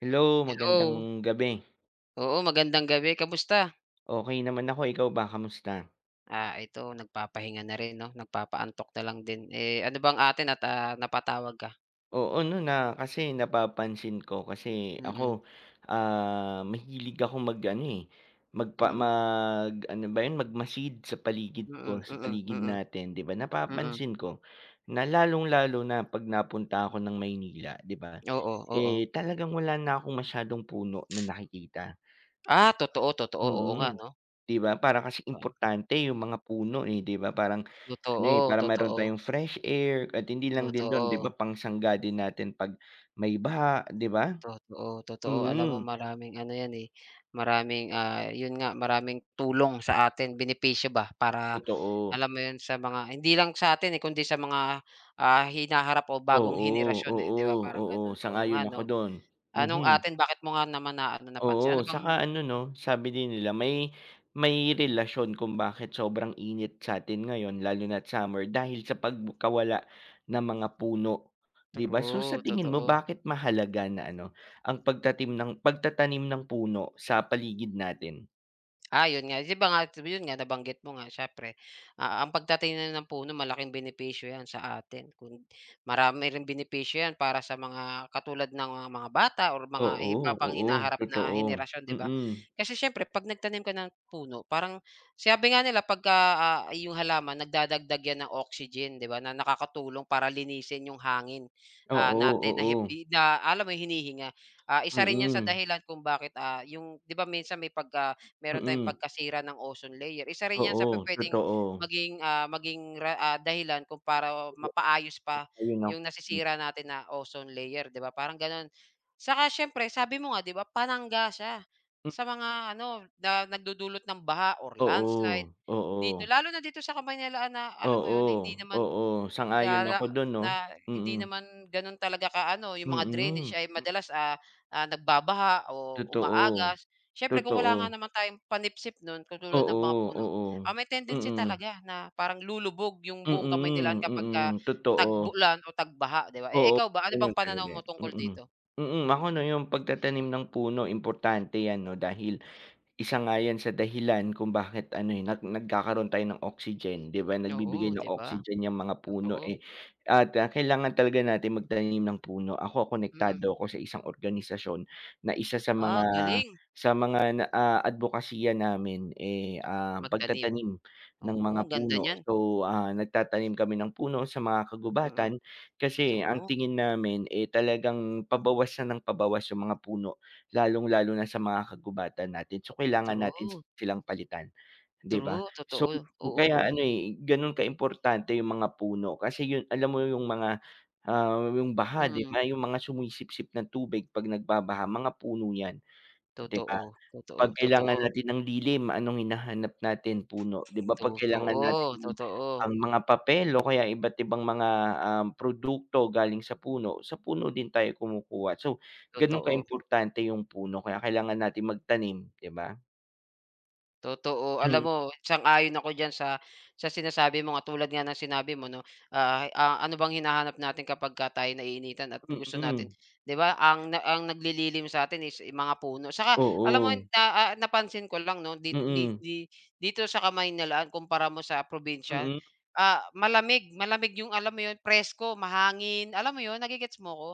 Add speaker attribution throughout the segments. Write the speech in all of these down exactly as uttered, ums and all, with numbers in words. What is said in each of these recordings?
Speaker 1: Hello, magandang
Speaker 2: Hello,
Speaker 1: gabi.
Speaker 2: oo magandang gabi, kamusta?
Speaker 1: Okay, naman ako, ikaw ba kamusta?
Speaker 2: Ah, ito nagpapahinga na rin 'no, nagpapaantok na lang din. Eh, ano bang atin at, ah, napatawag ka?
Speaker 1: Oo, 'no na kasi napapansin ko kasi
Speaker 2: Mm,
Speaker 1: ako, ah, mahilig ako mag-ano, eh, magpa
Speaker 2: mm,
Speaker 1: mag ano ba 'yun, magmasid sa paligid ko,
Speaker 2: mm,
Speaker 1: sa
Speaker 2: mm,
Speaker 1: paligid
Speaker 2: mm,
Speaker 1: natin, 'di ba?
Speaker 2: mm.
Speaker 1: Napapansin ko na lalong-lalo na 'pag napunta ako ng Maynila, 'di ba,
Speaker 2: Oo, oo.
Speaker 1: eh, talagang wala na akong masyadong puno na nakikita.
Speaker 2: Ah, totoo, totoo, oo nga
Speaker 1: Mm.
Speaker 2: 'no?
Speaker 1: 'Di ba parang kasi importante yung mga puno, eh, 'di ba parang
Speaker 2: Ah,
Speaker 1: ano,
Speaker 2: totoo,
Speaker 1: eh, para meron
Speaker 2: totoo,
Speaker 1: tayong fresh air at hindi lang din dun 'di
Speaker 2: totoo.
Speaker 1: ba pangsangga din natin 'pag may baha, 'di ba?
Speaker 2: Totoo, totoo. Alam mo
Speaker 1: Mm,
Speaker 2: maraming ano 'yan, eh, maraming, ah, 'yun nga maraming tulong sa atin, benepisyo ba para
Speaker 1: totoo.
Speaker 2: alam mo 'yun sa mga hindi lang sa atin, eh, kundi sa mga, ah, hinaharap o bagong
Speaker 1: Oo,
Speaker 2: henerasyon, eh,
Speaker 1: oo,
Speaker 2: 'di ba parang
Speaker 1: oo,
Speaker 2: gano'n? Oo
Speaker 1: sang-ayon
Speaker 2: nga
Speaker 1: ako
Speaker 2: 'no.
Speaker 1: dun. Mhm.
Speaker 2: Anong atin bakit mo nga naman na ano
Speaker 1: Oo,
Speaker 2: napansin, ano bang
Speaker 1: saka ano 'no, sabi din nila may may relasyon kung bakit sobrang init sa'tin ngayon lalo na't summer dahil sa pagkawala ng mga puno, 'di ba? So, sa
Speaker 2: true,
Speaker 1: tingin mo
Speaker 2: totoo.
Speaker 1: bakit mahalaga na ano, ang pagtatim ng pagtatanim ng puno sa paligid natin?
Speaker 2: Ah, yun nga. 'Di ba nga yun nga nabanggit mo nga siyempre, ah, ang pagtatanim ng puno malaking benepisyo 'yan sa atin. Kung marami ring benepisyo 'yan para sa mga katulad ng, ah, mga bata or mga
Speaker 1: Oo,
Speaker 2: iba pang
Speaker 1: oo,
Speaker 2: hinaharap na
Speaker 1: totoo.
Speaker 2: henerasyon, 'di ba?
Speaker 1: Mm.
Speaker 2: Kasi siyempre 'pag nagtanim ka ng puno parang sabi nga nila pagka, ah, ah, yung halaman nagdadagdag 'yan ng oxygen, 'di ba, na nakakatulong para linisin yung hangin, ah,
Speaker 1: Oo,
Speaker 2: natin na
Speaker 1: oo.
Speaker 2: hipi na alam mo yung hinihinga. Ah, isa rin 'yan sa
Speaker 1: Mm.
Speaker 2: dahilan kung bakit, ah, yung 'di ba minsan may pagka meron tayong
Speaker 1: Mm.
Speaker 2: pagkasira ng ozone layer. Isa rin 'yan sa
Speaker 1: Oo,
Speaker 2: pupuwedeng
Speaker 1: totoo.
Speaker 2: maging, ah, maging ra ah, dahilan kung para mapaayos pa
Speaker 1: Ayun ako.
Speaker 2: yung nasisira natin na ozone layer, 'di ba, parang gano'n. Saka siyempre sabi mo nga, 'di ba, panangga siya
Speaker 1: Hmm,
Speaker 2: sa mga ano, na nagdudulot ng baha or
Speaker 1: oo,
Speaker 2: landslide dito,
Speaker 1: oo.
Speaker 2: lalo na dito sa Kamaynalaan na alam mo
Speaker 1: Oo,
Speaker 2: 'yun, na hindi naman
Speaker 1: oo, sang-ayon
Speaker 2: Lala
Speaker 1: ako dun 'no,
Speaker 2: na
Speaker 1: mm,
Speaker 2: hindi naman gano'n talaga ka-ano, yung mga
Speaker 1: mm,
Speaker 2: drainage ay madalas, ah, ah, nagbabaha o
Speaker 1: totoo,
Speaker 2: umaagas. Siyempre kung
Speaker 1: totoo,
Speaker 2: wala nga naman tayong panipsip nun katulad ng mga
Speaker 1: oo,
Speaker 2: puno,
Speaker 1: oo,
Speaker 2: ah, may tendency
Speaker 1: mm,
Speaker 2: talaga na parang lulubog yung buong Kamaynilan
Speaker 1: mm,
Speaker 2: kapagka
Speaker 1: mm, totoo,
Speaker 2: tag-ulan o tagbaha baha 'di ba? Eh,
Speaker 1: oo,
Speaker 2: ikaw ba, ano
Speaker 1: ganun
Speaker 2: bang pananaw
Speaker 1: talaga,
Speaker 2: mo
Speaker 1: mm,
Speaker 2: tungkol dito?
Speaker 1: mm. Ako 'no yung pagtatanim ng puno importante yan 'no dahil isa nga 'yan sa dahilan kung bakit ano, eh, nag nagkakaroon tayo ng oxygen, 'di ba?
Speaker 2: Oo,
Speaker 1: Nagbibigay ng
Speaker 2: 'di ba?
Speaker 1: oxygen yung mga puno,
Speaker 2: Totoo,
Speaker 1: eh, at, ah, kailangan talaga natin magtanim ng puno. Ako
Speaker 2: mm.
Speaker 1: konektado ako sa isang organisasyon na isa sa mga
Speaker 2: Ah, galing
Speaker 1: sa mga na, ah, adbokasiya namin, eh, ah,
Speaker 2: magtanim.
Speaker 1: pagtatanim ng
Speaker 2: Oo,
Speaker 1: mga
Speaker 2: ang ganda
Speaker 1: puno.
Speaker 2: niyan,
Speaker 1: So, ah, nagtatanim kami ng puno sa mga
Speaker 2: mm.
Speaker 1: kagubatan kasi
Speaker 2: So,
Speaker 1: ang
Speaker 2: oo,
Speaker 1: tingin namin, eh, talagang pabawas na ng pabawas yung mga puno. Lalong-lalo na sa mga kagubatan natin, so kailangan natin
Speaker 2: true,
Speaker 1: silang palitan, 'di ba?
Speaker 2: true,
Speaker 1: So,
Speaker 2: totoo, oo,
Speaker 1: kaya ano, eh, gano'n kaimportante yung mga puno kasi yun alam mo yung mga, ah, yung baha 'di
Speaker 2: mm.
Speaker 1: ba, yung mga sumisipsip ng tubig 'pag nagbabaha, mga puno yan, 'di ba?
Speaker 2: Totoo, totoo,
Speaker 1: 'Pag kailangan
Speaker 2: totoo,
Speaker 1: natin ng dilim, anong hinahanap natin? Puno. 'Di ba 'pag kailangan
Speaker 2: totoo,
Speaker 1: natin
Speaker 2: totoo,
Speaker 1: ang mga papel o kaya iba't ibang mga, um, produkto galing sa puno, sa puno din tayo kumukuha. So, gano'n
Speaker 2: totoo.
Speaker 1: kaimportante yung puno kaya kailangan natin magtanim, 'di ba?
Speaker 2: Totoo. Alam
Speaker 1: Hmm,
Speaker 2: mo, sang-ayon ako diyan sa sa sinasabi mo nga tulad nga ng sinabi mo 'no, ah, ah, ano bang hinahanap natin kapag kapagka tayo naiinitan at gusto natin
Speaker 1: mm.
Speaker 2: 'di ba, ang na ang naglililim sa atin is yung mga puno. Saka alam mo
Speaker 1: Oo.
Speaker 2: na ah, napansin ko lang 'no, di di
Speaker 1: Mm,
Speaker 2: di dito sa Kamaynalaan kumpara mo sa probinsya,
Speaker 1: mm,
Speaker 2: ah, malamig, malamig yung alam mo yun, presko, mahangin, alam mo yun, nagigets mo ko?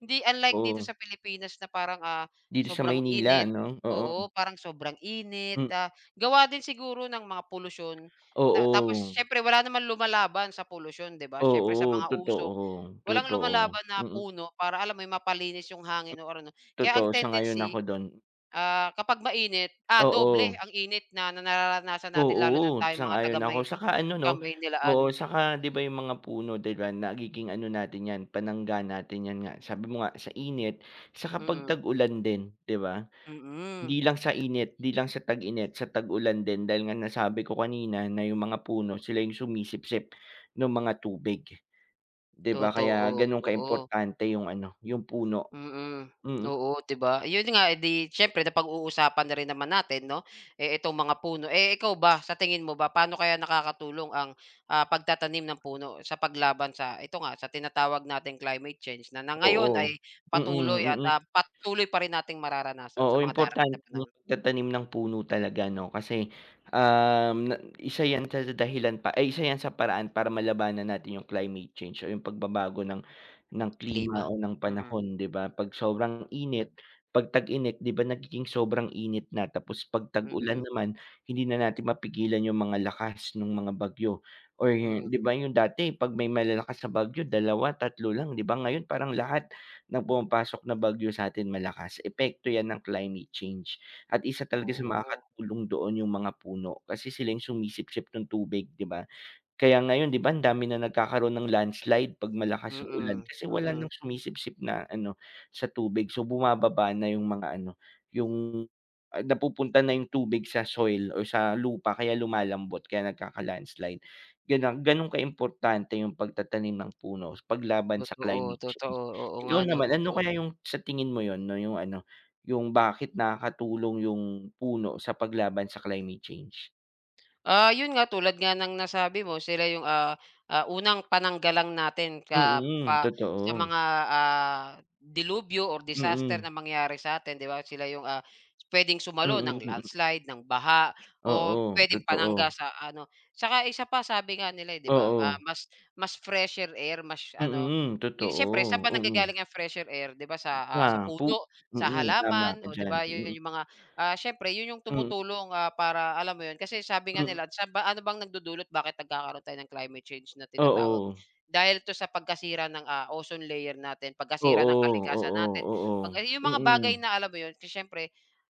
Speaker 2: Hindi unlike dito
Speaker 1: oo.
Speaker 2: sa Pilipinas na parang, ah,
Speaker 1: Dito sa
Speaker 2: sobrang
Speaker 1: Maynila
Speaker 2: init
Speaker 1: ano? Oo,
Speaker 2: oo, parang sobrang init,
Speaker 1: hmm.
Speaker 2: ah Gawa din siguro ng mga polusyon na tapos
Speaker 1: Oo,
Speaker 2: siyempre wala naman lumalaban sa polusyon, 'di ba? Siyempre sa
Speaker 1: oo,
Speaker 2: mga usok,
Speaker 1: totoo,
Speaker 2: walang
Speaker 1: totoo.
Speaker 2: lumalaban na
Speaker 1: Mm,
Speaker 2: puno para alam mo yung mapalinis yung hangin or ano. Kaya ang
Speaker 1: totoo, sang-ayon ako
Speaker 2: tendency,
Speaker 1: do'n.
Speaker 2: ah, kapag mainit, ah, doble
Speaker 1: Oo.
Speaker 2: ang init na na nararanasan natin lalo na
Speaker 1: Oo,
Speaker 2: tayong mga taga
Speaker 1: sang-ayon ako.
Speaker 2: may
Speaker 1: Saka ano 'no, oo,
Speaker 2: ka-Maynilaan.
Speaker 1: saka 'di ba yung mga puno 'di ba nagiging ano natin yan, panangga natin yan nga. Sabi mo nga sa init, sa kapag
Speaker 2: Mm,
Speaker 1: tag-ulan din 'di ba?
Speaker 2: mm.
Speaker 1: Hindi lang sa init, 'di lang sa tag-init, sa tag-ulan din dahil nga nasabi ko kanina na yung mga puno sila yung sumisipsip nung mga tubig 'di ba? Kaya
Speaker 2: Totoo,
Speaker 1: ganun
Speaker 2: oo.
Speaker 1: kaimportante yung ano, yung puno.
Speaker 2: Mm.
Speaker 1: Mm,
Speaker 2: Oo, 'di ba? 'Yun nga, eh, 'di siyempre napag-uusapan na rin naman natin 'no, eh, itong mga puno. Eh, ikaw ba, sa tingin mo ba, paano kaya nakakatulong ang, ah, pagtatanim ng puno sa paglaban sa ito nga, sa tinatawag nating climate change na, na ngayon
Speaker 1: oo.
Speaker 2: ay
Speaker 1: Mm,
Speaker 2: patuloy
Speaker 1: mm.
Speaker 2: at, ah,
Speaker 1: Mm.
Speaker 2: patuloy pa rin nating mararanasan sa
Speaker 1: Oo,
Speaker 2: mga darating
Speaker 1: importante
Speaker 2: na
Speaker 1: yung
Speaker 2: panahon,
Speaker 1: pagtatanim ng puno talaga 'no, kasi, um, na isa 'yan sa dahilan pa ay isa 'yan sa paraan para malabanan natin yung climate change o yung pagbabago ng ng
Speaker 2: klima?
Speaker 1: klima o ng
Speaker 2: Mm,
Speaker 1: panahon, 'di ba? 'Pag sobrang init, 'pag tag-init, 'di ba nagiging sobrang init na tapos 'pag tag-ulan
Speaker 2: mm,
Speaker 1: naman, hindi na natin mapigilan yung mga lakas nung mga bagyo or
Speaker 2: mm.
Speaker 1: 'di ba yung dati 'pag may malalakas na bagyo dalawa tatlo lang, 'di ba? Ngayon parang lahat ng pumapasok na bagyo sa atin malakas, epekto 'yan ng climate change at isa talaga sa Mm.
Speaker 2: Oo,
Speaker 1: makakatulong doon yung mga puno kasi sila yung sumisipsip ng tubig, 'di ba? Kaya ngayon 'di ba ang dami na nagkakaroon ng landslide 'pag malakas yung ulan
Speaker 2: mm,
Speaker 1: kasi wala
Speaker 2: mm.
Speaker 1: nang sumisipsip na ano, sa tubig. So, bumababa na yung mga ano, yung, ah, napupunta na yung tubig sa soil or sa lupa kaya lumalambot, kaya nagkaka-landslide. Gano'n gano'n kaimportante yung pagtatanim ng puno paglaban sa
Speaker 2: Totoo,
Speaker 1: climate change.
Speaker 2: totoo. Oo nga
Speaker 1: Ikaw
Speaker 2: 'no,
Speaker 1: naman, ano
Speaker 2: totoo.
Speaker 1: kaya yung sa tingin mo yun 'no, yung ano, yung bakit nakakatulong yung puno sa paglaban sa climate change?
Speaker 2: Ah, yun nga tulad nga ng nasabi mo sila yung, ah, ah, unang pananggalang natin ka
Speaker 1: Mm,
Speaker 2: pa sa
Speaker 1: totoo.
Speaker 2: mga, ah, dilubyo or disaster
Speaker 1: Mm.
Speaker 2: na mangyari sa'tin 'di ba? Sila yung, ah, puwedeng sumalo
Speaker 1: Mm,
Speaker 2: ng
Speaker 1: mm. Mm.
Speaker 2: landslide, ng baha o
Speaker 1: Oo,
Speaker 2: puwedeng panangga
Speaker 1: totoo.
Speaker 2: sa ano. Saka isa pa sabi nga nila, eh, 'di ba, ah,
Speaker 1: Oo.
Speaker 2: mas mas fresher air mas ano,
Speaker 1: Mm,
Speaker 2: yung siyempre saan
Speaker 1: totoo.
Speaker 2: ba
Speaker 1: Mm.
Speaker 2: nanggagaling ang fresher air 'di ba sa, ah, sa
Speaker 1: Ah, pu
Speaker 2: puno, sa
Speaker 1: mm, tama
Speaker 2: halaman
Speaker 1: ka
Speaker 2: o 'di
Speaker 1: diyan.
Speaker 2: ba yun
Speaker 1: Mm,
Speaker 2: yung mga Ah, siyempre yun yung
Speaker 1: mm,
Speaker 2: tumutulong, ah, para alam mo yun, kasi sabi nga
Speaker 1: mm.
Speaker 2: nila sa ba ano bang nagdudulot bakit nagkakaroon tayo ng climate change na tinatawag?
Speaker 1: Oo.
Speaker 2: Dahil 'to sa pagkasira ng, ah, ozone layer natin, pagkasira ng
Speaker 1: Oo,
Speaker 2: kalikasan
Speaker 1: oo,
Speaker 2: natin,
Speaker 1: oo.
Speaker 2: pag ah, yung mga bagay
Speaker 1: Mm,
Speaker 2: na alam mo yun, kasi siyempre,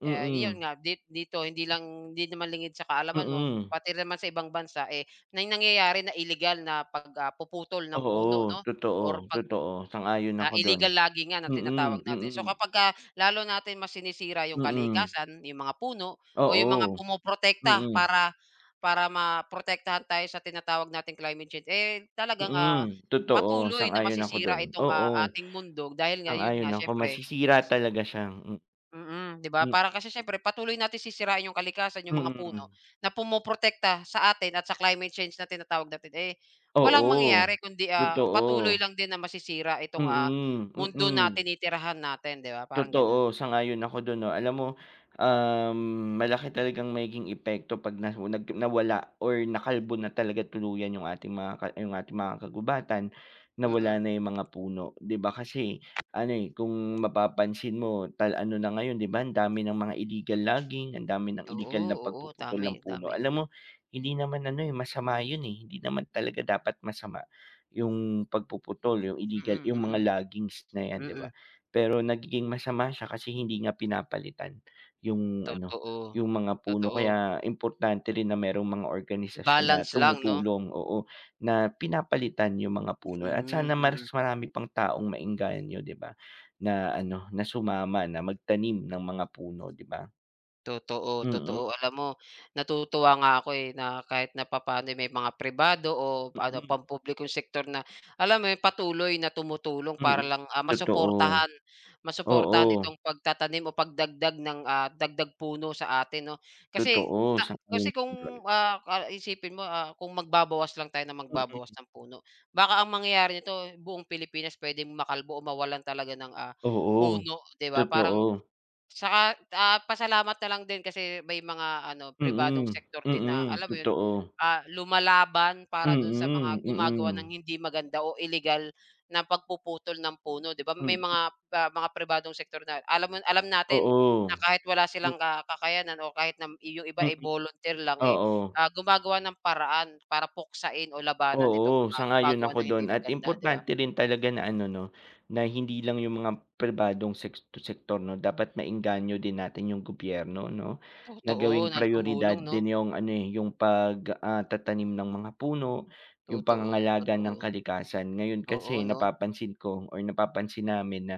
Speaker 2: eh, yun
Speaker 1: mm,
Speaker 2: nga di dito hindi lang hindi naman lingid sa kaalaman mo,
Speaker 1: mm.
Speaker 2: pati naman sa ibang bansa, eh, na nangyayari na illegal na pag, ah, puputol ng puno
Speaker 1: Oo,
Speaker 2: 'no
Speaker 1: totoo,
Speaker 2: or
Speaker 1: totoo. Sang-ayon
Speaker 2: Ah,
Speaker 1: ako do'n.
Speaker 2: illegal logging nga na tinatawag
Speaker 1: Mm,
Speaker 2: natin. So
Speaker 1: mm,
Speaker 2: kapagka lalo natin mas sinisira yung
Speaker 1: mm.
Speaker 2: kalikasan, yung mga puno o yung mga
Speaker 1: Oo.
Speaker 2: pumoprotekta
Speaker 1: Mm,
Speaker 2: para para maprotektahan tayo sa tinatawag nating climate change, eh, talagang, ah,
Speaker 1: mm. Totoo,
Speaker 2: patuloy na
Speaker 1: sang-ayon ako do'n.
Speaker 2: masisira itong, ah,
Speaker 1: Oo,
Speaker 2: ating mundo dahil nga yun nga
Speaker 1: sang-ayon ako.
Speaker 2: siyempre
Speaker 1: Masisira talaga siya.
Speaker 2: Mm, 'di ba?
Speaker 1: Hmm.
Speaker 2: Para kasi siyempre patuloy natin sisirain yung kalikasan,
Speaker 1: Hmm,
Speaker 2: yung mga puno
Speaker 1: mm.
Speaker 2: na pumoprotekta sa atin at sa climate change na tinatawag natin, eh, walang
Speaker 1: Oo,
Speaker 2: mangyayari kundi, ah,
Speaker 1: totoo.
Speaker 2: patuloy lang din na masisira itong, ah,
Speaker 1: Mm,
Speaker 2: mundo na
Speaker 1: mm.
Speaker 2: tinitirahan natin, 'di ba? Parang gano'n.
Speaker 1: Totoo, sang-ayon ako dun 'no. Alam mo, um, malaki talagang magiging epekto 'pag nahu nag nawala or nakalbo na talaga tuluyan yung ating mga ka yung ating mga kagubatan, nawala
Speaker 2: Mm.
Speaker 1: na yung mga puno. 'Di ba kasi ano, eh, kung mapapansin mo tal ano na ngayon 'di ba, ang dami ng mga illegal logging, ang dami ng illegal
Speaker 2: Oo,
Speaker 1: na
Speaker 2: oo,
Speaker 1: pagpuputol
Speaker 2: dami,
Speaker 1: ng puno.
Speaker 2: dami.
Speaker 1: Alam mo, hindi naman ano, eh, masama yun, eh, hindi naman talaga dapat masama yung pagpuputol, yung illegal
Speaker 2: Mm,
Speaker 1: yung mga
Speaker 2: mm.
Speaker 1: loggings na yan, 'di ba?
Speaker 2: Mm,
Speaker 1: Pero nagiging masama siya kasi hindi nga pinapalitan yung ano,
Speaker 2: totoo.
Speaker 1: yung mga puno.
Speaker 2: Totoo.
Speaker 1: Kaya importante rin na merong mga organisasyon na
Speaker 2: Balance lang 'no?
Speaker 1: tumutulong, oo, na pinapalitan yung mga puno at
Speaker 2: Hmm,
Speaker 1: sana mas
Speaker 2: mm.
Speaker 1: marami pang taong maengganyo, 'di ba, na ano, na sumama na magtanim ng mga puno, 'di ba?
Speaker 2: Totoo,
Speaker 1: Mm,
Speaker 2: totoo. Alam mo, natutuwa nga ako, eh, na kahit na papaano eh, may mga pribado o ano,
Speaker 1: mm,
Speaker 2: pampublikong sektor na alam mo yun, patuloy na tumutulong para
Speaker 1: mm.
Speaker 2: lang, ah,
Speaker 1: Totoo.
Speaker 2: masuportahan masuportahan
Speaker 1: Oo,
Speaker 2: itong pagtatanim o pagdagdag ng, ah, dagdag puno sa atin 'no. Kasi
Speaker 1: totoo,
Speaker 2: ah,
Speaker 1: sang-ayon
Speaker 2: kasi
Speaker 1: ako dun.
Speaker 2: kung, ah, ah, isipin mo, ah, kung magbabawas lang tayo na
Speaker 1: Mm,
Speaker 2: magbabawas
Speaker 1: mm.
Speaker 2: ng puno, baka ang mangyayari nito buong Pilipinas puwedeng makalbo o mawalan talaga ng, ah,
Speaker 1: Oo.
Speaker 2: puno, 'di ba? Parang.
Speaker 1: Totoo.
Speaker 2: Saka, ah, pasalamat na lang din kasi may mga ano, pribadong
Speaker 1: Mm,
Speaker 2: sektor din na
Speaker 1: mm,
Speaker 2: alam mo 'yun,
Speaker 1: totoo.
Speaker 2: ah, lumalaban para dun sa mga
Speaker 1: Mm,
Speaker 2: gumagawa ng
Speaker 1: mm.
Speaker 2: hindi maganda o illegal na pagpuputol ng puno, 'di ba? May
Speaker 1: Hmm,
Speaker 2: mga, ah, mga pribadong sektor na alam mo alam natin na
Speaker 1: oo.
Speaker 2: kahit wala
Speaker 1: M
Speaker 2: silang ka kakayanan o kahit na yung iba
Speaker 1: mm,
Speaker 2: ay volunteer lang, eh,
Speaker 1: oo.
Speaker 2: ah, gumagawa ng paraan para puksain o labanan itong
Speaker 1: Oo,
Speaker 2: mga
Speaker 1: sang-ayon
Speaker 2: gumagawa
Speaker 1: ako
Speaker 2: ng hindi
Speaker 1: do'n at
Speaker 2: maganda, 'di ba?
Speaker 1: importante rin talaga na ano 'no, na hindi lang yung mga pribadong seks sektor 'no, dapat maengganyo din natin yung gobyerno 'no, na
Speaker 2: Totoo
Speaker 1: gawing
Speaker 2: na
Speaker 1: prayoridad
Speaker 2: tumulong 'no?
Speaker 1: din yung ano, eh, yung pag, ah, tatanim ng mga puno, yung
Speaker 2: Totoo,
Speaker 1: pangangalaga ng
Speaker 2: totoo.
Speaker 1: kalikasan. Ngayon kasi
Speaker 2: Oo 'no?
Speaker 1: napapansin ko or napapansin namin na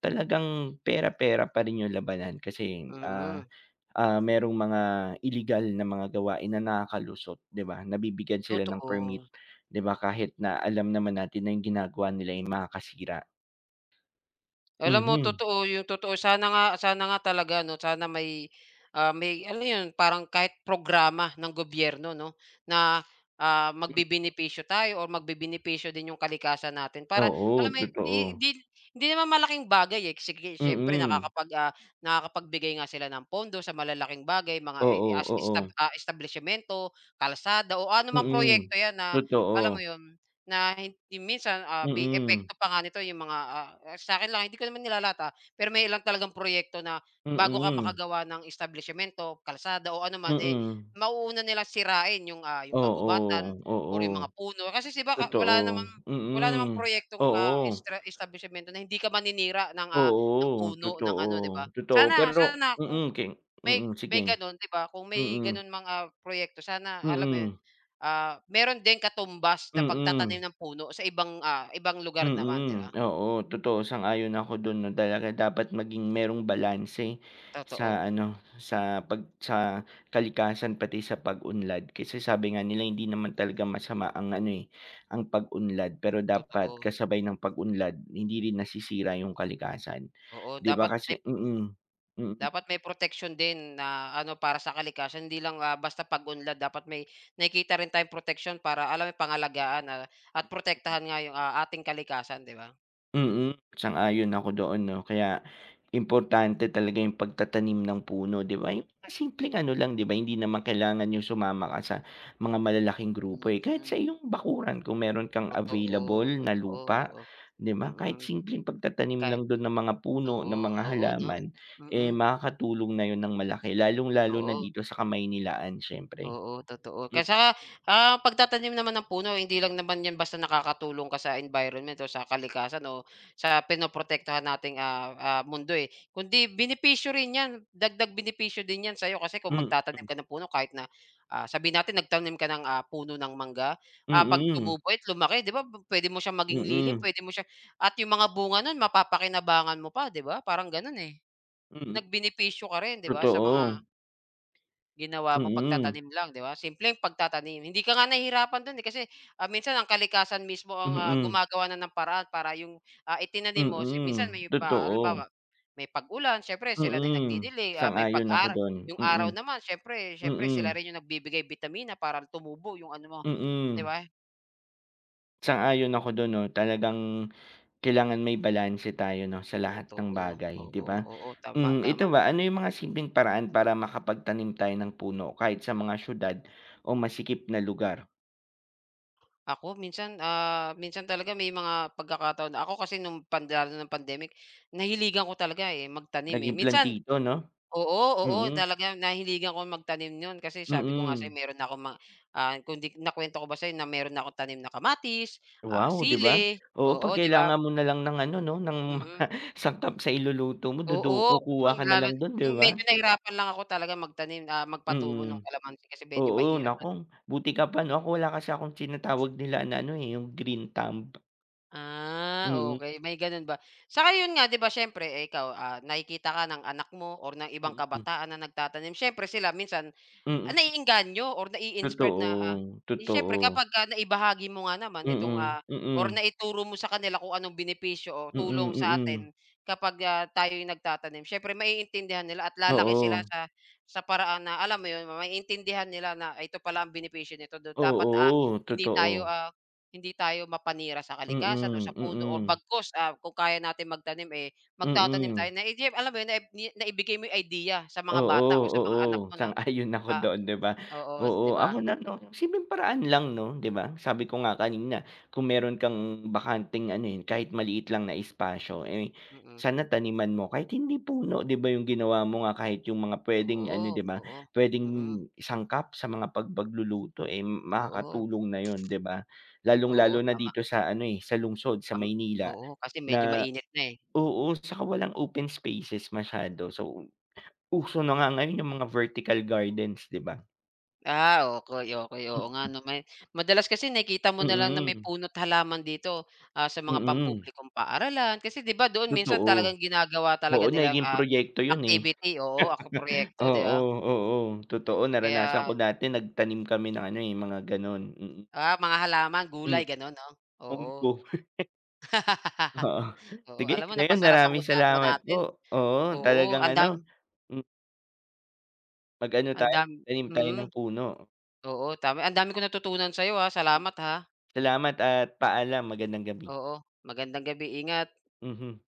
Speaker 1: talagang pera-pera pa rin yung labanan kasi, ah
Speaker 2: Mm.
Speaker 1: ah, merong mga illegal na mga gawain na nakakalusot, 'di ba? Nabibigyan sila ng
Speaker 2: Totoo.
Speaker 1: permit, 'di ba? Kahit na alam naman natin na yung ginagawa nila ay makakasira.
Speaker 2: Alam mo
Speaker 1: Mhm.
Speaker 2: totoo, yung totoo sana nga sana nga talaga 'no, sana may, ah, may alam mo yun, parang kahit programa ng gobyerno 'no, na, ah,
Speaker 1: M
Speaker 2: magbebenepisyo tayo or magbebenepisyo din yung kalikasan natin para
Speaker 1: oo,
Speaker 2: alam mo yun, 'di
Speaker 1: totoo.
Speaker 2: 'di hindi naman malaking bagay, eh, sige siyempre
Speaker 1: Mm.
Speaker 2: nakakapag, ah, nakakapagbigay nga sila ng pondo sa malalaking bagay, mga, eh,
Speaker 1: Oo,
Speaker 2: as
Speaker 1: oo.
Speaker 2: estab ah, establisyemento, kalsada o anumang
Speaker 1: Mm.
Speaker 2: proyekto 'yan na alam mo
Speaker 1: Totoo.
Speaker 2: yun. Na hindi minsan, ah, may
Speaker 1: Mm.
Speaker 2: epekto pa nga nito yung mga, ah, ah, sa akin lang hindi ko naman nilalata, pero may ilang talagang proyekto na bago ka
Speaker 1: Mm.
Speaker 2: makagawa ng establishmento, kalsada o ano man, eh,
Speaker 1: Mm.
Speaker 2: mauuna nila sirain yung, ah, yung kagubatan
Speaker 1: Oo,
Speaker 2: or
Speaker 1: oo.
Speaker 2: yung mga puno. Kasi 'di ba ka wala namang
Speaker 1: Totoo.
Speaker 2: wala namang
Speaker 1: Mm.
Speaker 2: proyektong, ah,
Speaker 1: Oo.
Speaker 2: estra establishmento na hindi ka maninira ng, ah, ng
Speaker 1: Oo,
Speaker 2: puno, ng
Speaker 1: totoo.
Speaker 2: ano, 'di ba?
Speaker 1: Totoo,
Speaker 2: Sana
Speaker 1: pero
Speaker 2: sana kung
Speaker 1: mm, king
Speaker 2: may
Speaker 1: mm, sige.
Speaker 2: may gano'n, 'di ba, kung may
Speaker 1: Mm.
Speaker 2: gano'n mga proyekto sana alam mo 'yun.
Speaker 1: Mm.
Speaker 2: Ah, meron din katumbas na pagtatanim
Speaker 1: Mm,
Speaker 2: ng puno sa ibang, ah, ibang lugar naman, 'di ba?
Speaker 1: mm. Oo, totoo sang-ayon ako dun 'no, talaga dapat maging merong balanse sa
Speaker 2: Totoo,
Speaker 1: ano, sa pag sa kalikasan pati sa pag-unlad. Kasi sabi nga nila hindi naman talaga masama ang ano, eh, ang pag-unlad, pero
Speaker 2: totoo.
Speaker 1: dapat kasabay ng pag-unlad hindi rin nasisira yung kalikasan.
Speaker 2: Oo,
Speaker 1: 'Di ba
Speaker 2: dapat may
Speaker 1: kasi mm, mm.
Speaker 2: dapat may protection din na ano para sa kalikasan hindi lang, ah, basta pag-unlad dapat may nakikita rin tayong proteksyon para alam mo pangalagaan na at protektahan nga yung, ah, ating kalikasan, 'di ba?
Speaker 1: Mm, sang-ayon ako doon 'no, kaya importante talaga yung pagtatanim ng puno 'di ba, yung mga simpleng ano lang 'di ba, hindi naman kailangan yung sumama ka sa mga malalaking grupo,
Speaker 2: Mm,
Speaker 1: eh, kahit sa
Speaker 2: mm.
Speaker 1: iyong bakuran kung meron kang
Speaker 2: Totoo,
Speaker 1: available na
Speaker 2: totoo,
Speaker 1: lupa
Speaker 2: oo.
Speaker 1: 'di ba, kahit
Speaker 2: Mm,
Speaker 1: simpleng pagtatanim
Speaker 2: kahit
Speaker 1: lang dun ng mga puno,
Speaker 2: oo,
Speaker 1: ng mga
Speaker 2: oo 'no?
Speaker 1: halaman, eh,
Speaker 2: Mm,
Speaker 1: makakatulong na yon ng malaki lalong-lalo na
Speaker 2: oo.
Speaker 1: dito sa Kamaynilaan siyempre.
Speaker 2: Oo, totoo. Kaya
Speaker 1: M
Speaker 2: saka, ah, pagtatanim naman ng puno hindi lang naman 'yan basta nakakatulong ka sa environment o sa kalikasan o sa pinoprotektahan nating, ah, ah, mundo, eh. Kundi benepisyo rin 'yan, dagdag benepisyo din 'yan sa'yo kasi kung
Speaker 1: mm,
Speaker 2: magtatanim ka ng puno kahit na, ah, sabihin natin nagtanim ka ng, ah, puno ng mangga, ah,
Speaker 1: mm,
Speaker 2: 'pag
Speaker 1: mm,
Speaker 2: tumubo at lumaki 'di ba puwede mo siyang maging lilim,
Speaker 1: mm,
Speaker 2: puwede mo siya at yung mga bunga nun mapapakinabangan mo pa 'di ba, parang gano'n, eh.
Speaker 1: mm,
Speaker 2: Nagbenepisyo ka rin 'di ba sa mga
Speaker 1: totoo,
Speaker 2: ginawa
Speaker 1: mm,
Speaker 2: mo
Speaker 1: mm.
Speaker 2: pagtatanim lang, 'di ba? Simpleng pagtatanim. Hindi ka nga nahihirapan do'n, eh, kasi, ah, minsan ang kalikasan mismo ang, ah,
Speaker 1: Mm.
Speaker 2: gumagawa na ng paraan para yung, ah, itinanim mo si minsan
Speaker 1: Mm,
Speaker 2: may ba
Speaker 1: totoo.
Speaker 2: halimbawa, may pag-ulan siyempre sila na yung
Speaker 1: Mm,
Speaker 2: nagdi ah, may
Speaker 1: sang-ayon ako
Speaker 2: pag-ara
Speaker 1: don.
Speaker 2: yung araw
Speaker 1: Mm,
Speaker 2: naman siyempre siyempre
Speaker 1: mm,
Speaker 2: sila rin yung nagbibigay bitamina para tumubo yung ano mo, 'di
Speaker 1: mm.
Speaker 2: ba?
Speaker 1: Sang-ayon ako dun 'no, talagang kailangan may balanse tayo 'no, sa
Speaker 2: Oo,
Speaker 1: lahat ng
Speaker 2: totoo.
Speaker 1: bagay,
Speaker 2: Oo,
Speaker 1: 'di ba?
Speaker 2: oo, oo, tama,
Speaker 1: Hmm, ito
Speaker 2: tama.
Speaker 1: ba, ano yung mga simpleng paraan para makapagtanim tayo ng puno kahit sa mga siyudad o masikip na lugar?
Speaker 2: Ako minsan, ah, minsan talaga may mga pagkakataon na ako kasi nung pan lalo ng pandemic, nahiligan ko talaga, eh, magtanim, eh.
Speaker 1: Naging
Speaker 2: Minsan
Speaker 1: plantito 'no?
Speaker 2: oo, oo,
Speaker 1: Mm,
Speaker 2: talagang nahiligan ko magtanim no'n kasi sabi ko nga sa'yo
Speaker 1: mm.
Speaker 2: meron na akong ma ah, kung 'di nakuwento ko ba sa'yo na meron na akong tanim na kamatis, ah,
Speaker 1: Wow, 'di ba?
Speaker 2: sili,
Speaker 1: Oo, 'pag
Speaker 2: oo, 'di ba?
Speaker 1: kailangan mo na lang ng ano 'no, ng mga
Speaker 2: Mm.
Speaker 1: sangkap sa iluluto mo, duduko,
Speaker 2: Oo,
Speaker 1: kukuha
Speaker 2: 'yun
Speaker 1: ka na
Speaker 2: lalo
Speaker 1: lang don 'di
Speaker 2: yung
Speaker 1: ba?
Speaker 2: medyo nahirapan lang ako talaga magtanim, ah, magpatubo nung
Speaker 1: Mm.
Speaker 2: kalamansi kasi medyo
Speaker 1: Oo,
Speaker 2: mahirap.
Speaker 1: naku, buti ka pa 'no, ako wala kasi akong tinatawag nila na ano, eh, yung green thumb.
Speaker 2: Ah,
Speaker 1: Mm,
Speaker 2: okay may gano'n ba? Saka 'yun nga 'di ba siyempre, eh, ikaw, ah, nakikita ka ng anak mo or ng ibang
Speaker 1: mm,
Speaker 2: kabataan na nagtatanim, siyempre sila minsan. Ah,
Speaker 1: mm.
Speaker 2: naiengganyo or nai-inspired
Speaker 1: Totoo,
Speaker 2: na, ah, eh, siyempre
Speaker 1: totoo.
Speaker 2: kapagka naibahagi mo nga naman itong,
Speaker 1: Mm,
Speaker 2: ah, or
Speaker 1: mm,
Speaker 2: naituro mo sa kanila kung anong benepisyo o
Speaker 1: mm,
Speaker 2: tulong sa
Speaker 1: mm.
Speaker 2: atin kapag, ah, tayo'y nagtatanim. Siyempre maiintindihan nila at lalaki sila
Speaker 1: Oo,
Speaker 2: sa sa paraan na alam mo 'yun, maiintindihan nila na "Ah, ito pala ang benepisyo nito do dapat, ah,
Speaker 1: oo,
Speaker 2: hindi tayo,
Speaker 1: totoo.
Speaker 2: ah, hindi tayo mapanira sa kalikasan o
Speaker 1: Mm,
Speaker 2: sa puno or
Speaker 1: mm,
Speaker 2: bagkus, ah, kung kaya natin magtanim, eh, magtatanim tayo
Speaker 1: mm.
Speaker 2: na, eh, alam mo 'yun, naib ni naibigay mo 'yung idea sa mga
Speaker 1: Oo,
Speaker 2: bata o sa mga
Speaker 1: oo,
Speaker 2: anak mo na,
Speaker 1: sang-ayon ako
Speaker 2: ah.
Speaker 1: doon, 'di ba?
Speaker 2: Oo, 'di
Speaker 1: Oo,
Speaker 2: ba?
Speaker 1: ako na 'no, simpleng paraan lang 'no, 'di ba? Sabi ko nga kanina, kung meron kang bakanteng ano, eh, kahit maliit lang na espasyo, eh,
Speaker 2: Mm.
Speaker 1: sana taniman mo kahit hindi puno, 'di ba, yung ginawa mo nga kahit yung mga puwedeng
Speaker 2: Oo,
Speaker 1: ano, 'di ba,
Speaker 2: oo.
Speaker 1: puwedeng
Speaker 2: Mm.
Speaker 1: sangkap sa mga pagbagluluto eh,
Speaker 2: Oo,
Speaker 1: makakatulong na yon 'di ba?
Speaker 2: oo,
Speaker 1: Lalong-lalo na
Speaker 2: tama,
Speaker 1: dito sa ano, eh, sa lungsod, sa
Speaker 2: tam
Speaker 1: Maynila
Speaker 2: oo, kasi medyo
Speaker 1: na
Speaker 2: mainit na, eh.
Speaker 1: oo, saka walang open spaces masyado. So uso na nga ngayon yung mga vertical gardens, 'di ba?
Speaker 2: Ah, okey, okey. Oo nga 'no, may madalas kasi nakikita mo na lang na may
Speaker 1: Mm,
Speaker 2: puno't halaman dito, ah, sa mga
Speaker 1: mm,
Speaker 2: pampublikong paaralan. Kasi 'di ba doon minsan
Speaker 1: totoo.
Speaker 2: talagang ginagawa talaga
Speaker 1: Oo,
Speaker 2: nilang,
Speaker 1: nagiging
Speaker 2: ah,
Speaker 1: proyekto yun, eh.
Speaker 2: activity, oo, ako proyekto, 'di
Speaker 1: Oo,
Speaker 2: ba?
Speaker 1: oo, totoo naranasan ko
Speaker 2: Kaya,
Speaker 1: dati nagtanim kami ng ano, eh, mga gano'n, mm.
Speaker 2: ah, mga halaman,
Speaker 1: Hmm,
Speaker 2: gulay, gano'n 'no? Oo.
Speaker 1: munggo, oo.
Speaker 2: Oo,
Speaker 1: Sige,
Speaker 2: alam mo
Speaker 1: ngayon
Speaker 2: napasarap ang
Speaker 1: maraming
Speaker 2: usapan
Speaker 1: salamat
Speaker 2: natin.
Speaker 1: po. Oo,
Speaker 2: Oo,
Speaker 1: talagang
Speaker 2: ang
Speaker 1: ano,
Speaker 2: dam
Speaker 1: hmm, mag-ano
Speaker 2: ang
Speaker 1: tayo,
Speaker 2: dam
Speaker 1: magtanim tayo
Speaker 2: mm.
Speaker 1: ng puno.
Speaker 2: Oo, tama. Ang dami kong natutunan sa'yo, ha. Salamat, ha.
Speaker 1: Salamat at paalam, magandang gabi.
Speaker 2: Oo, magandang gabi. Ingat.
Speaker 1: Mhm.